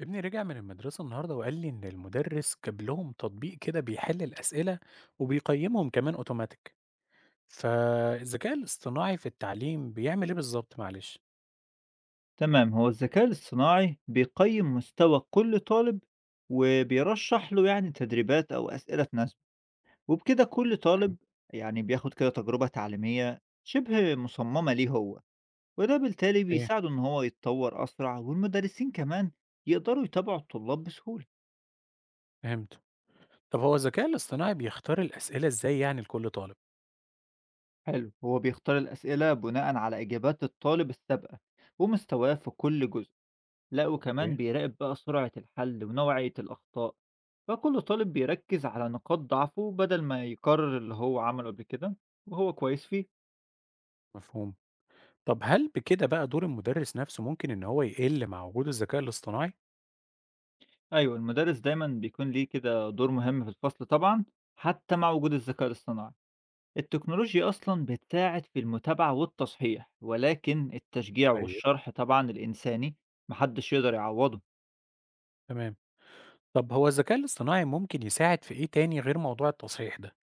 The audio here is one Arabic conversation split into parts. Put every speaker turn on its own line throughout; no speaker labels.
ابني رجع من المدرسة النهاردة وقال لي إن المدرس جاب لهم تطبيق كده بيحل الأسئلة وبيقيمهم كمان أوتوماتيك. فالذكاء الاصطناعي في التعليم بيعمل إيه بالظبط معلش؟
تمام. هو الذكاء الاصطناعي بيقيم مستوى كل طالب وبيرشح له يعني تدريبات أو أسئلة تناسبه، وبكده كل
تمام.
طالب يعني بياخد كده تجربة تعليمية شبه مصممة ليه هو، وده بالتالي
إيه.
بيساعده إن هو يتطور أسرع، والمدرسين كمان يقدروا يتابعوا الطلاب بسهولة.
فهمت. طب هو الذكاء الاصطناعي بيختار الأسئلة إزاي يعني لكل طالب؟
حلو. هو بيختار الأسئلة بناء على إجابات الطالب السابقة ومستواه في كل جزء، لأ وكمان
اوكي.
بيراقب بقى سرعة الحل ونوعية الأخطاء، فكل طالب بيركز على نقاط ضعفه بدل ما يكرر اللي هو عمله قبل كده وهو كويس فيه.
مفهوم. طب هل بكده بقى دور المدرس نفسه ممكن إن هو يقل مع وجود الذكاء الاصطناعي؟
أيوه، المدرس دايمًا بيكون ليه كده دور مهم في الفصل طبعًا حتى مع وجود الذكاء الاصطناعي، التكنولوجيا أصلًا بتساعد في المتابعة والتصحيح، ولكن التشجيع
طيب.
والشرح طبعًا الإنساني ما حدش يقدر يعوضه.
تمام. طب هو الذكاء الاصطناعي ممكن يساعد في إيه تاني غير موضوع التصحيح ده؟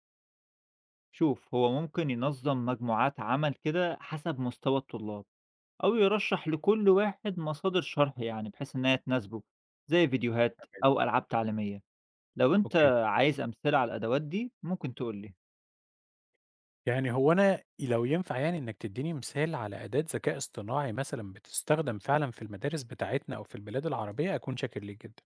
شوف، هو ممكن ينظم مجموعات عمل كده حسب مستوى الطلاب، أو يرشّح لكل واحد مصادر شرح يعني بحيث إنها تناسبه، زي فيديوهات
تمام.
أو ألعاب تعليمية. لو أنت
أوكي.
عايز أمثلة على الأدوات دي ممكن تقول لي.
يعني هو أنا لو ينفع يعني إنك تدّيني مثال على أداة ذكاء اصطناعي مثلًا بتستخدم فعلًا في المدارس بتاعتنا أو في البلاد العربية، أكون شاكر ليك جدًا.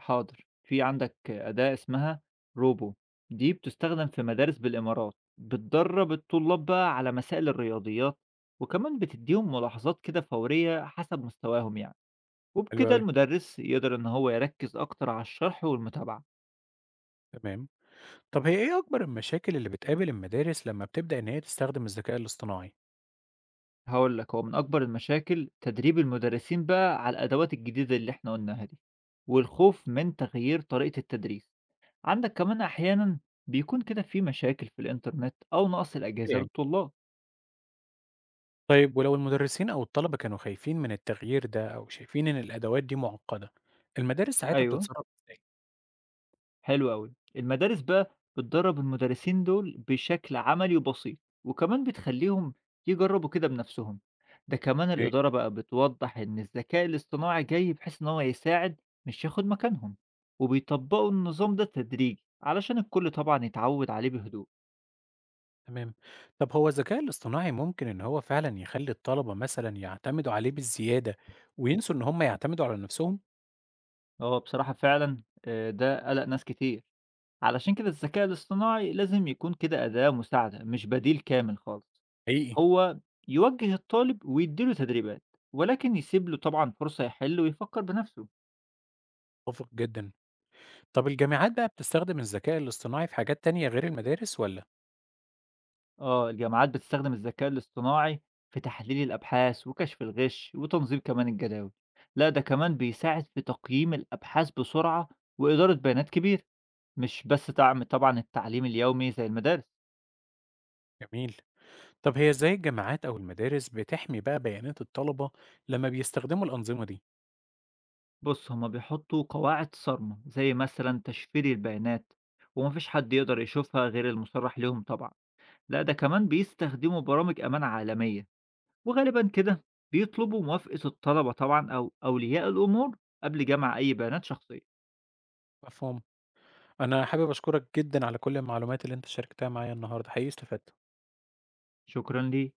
حاضر، في عندك أداة اسمها روبو، دي بتستخدم في مدارس بالإمارات، بتدرّب الطلاب بقى على مسائل الرياضيات، وكمان بتدّيهم ملاحظات كده فورية حسب مستواهم يعني،
حلو
وبكده
أوي،
المدرس يقدر إن هو يركّز أكتر على الشرح والمتابعة.
تمام. طب هي إيه أكبر المشاكل اللي بتقابل المدارس لمّا بتبدأ إن هي تستخدم الذكاء الاصطناعي؟
هاقول لك، هو من أكبر المشاكل تدريب المدرسين بقى على الأدوات الجديدة اللي إحنا قُلناها دي، والخوف من تغيير طريقة التدريس. عندك كمان أحيانًا بيكون كده في مشاكل في الإنترنت أو نقص الأجهزة
يعني
للطلاب.
طيب ولو المدرسين أو الطلبة كانوا خايفين من التغيير ده أو شايفين إن الأدوات دي معقدة، المدارس ساعتها
أيوه.
بتتصرف إزاي؟
حلو أوي. المدارس بقى بتدرّب المدرسين دول بشكل عملي وبسيط، وكمان بتخلّيهم يجرّبوا كده بنفسهم. ده كمان
أوكي،
الإدارة بقى بتوضّح إن الذكاء الاصطناعي جاي بحيث إن هو يساعد مش ياخد مكانهم، وبيطبّقوا النظام ده تدريجي علشان الكل طبعًا يتعوّد عليه بهدوء.
تمام. طب هو الذكاء الاصطناعي ممكن إن هو فعلًا يخلّي الطلبة مثلًا يعتمدوا عليه بالزيادة وينسوا إن هم يعتمدوا على نفسهم؟
هو بصراحة فعلًا ده قَلَق ناس كتير، علشان كده الذكاء الاصطناعي لازم يكون كده أداة مساعدة مش بديل كامل خالص.
حقيقي،
هو يوجه الطالب ويديله تدريبات، ولكن يسيب له طبعا فرصة يحل ويفكر بنفسه.
متفق جدًا. طب الجامعات بقى بتستخدم الذكاء الاصطناعي في حاجات تانية غير المدارس والّا؟
اه، الجامعات بتستخدم الذكاء الاصطناعي في تحليل الأبحاث وكشف الغش وتنظيم كمان الجداول. لا ده كمان بيساعد في تقييم الأبحاث بسرعة وإدارة بيانات كبير، مش بس دعم طبعا التعليم اليومي زي المدارس.
جميل. طب هي إزاي الجامعات أو المدارس بتحمي بقى بيانات الطلبة لمّا بيستخدموا الأنظمة دي؟
بص، هما بيحطوا قواعد صارمة زي مثلا تشفير البيانات، ومفيش حد يقدر يشوفها غير المصرح لهم طبعا. لا ده كمان بيستخدموا برامج أمان عالمية، وغالبًا كده بيطلبوا موافقة الطلبة طبعًا أو أولياء الأمور قبل جمع أي بيانات شخصية.
مفهوم. أنا حابب أشكرك جدًا على كل المعلومات اللي أنت شاركتها معايا النهارده، حقيقي استفدت.
شكرًا ليك.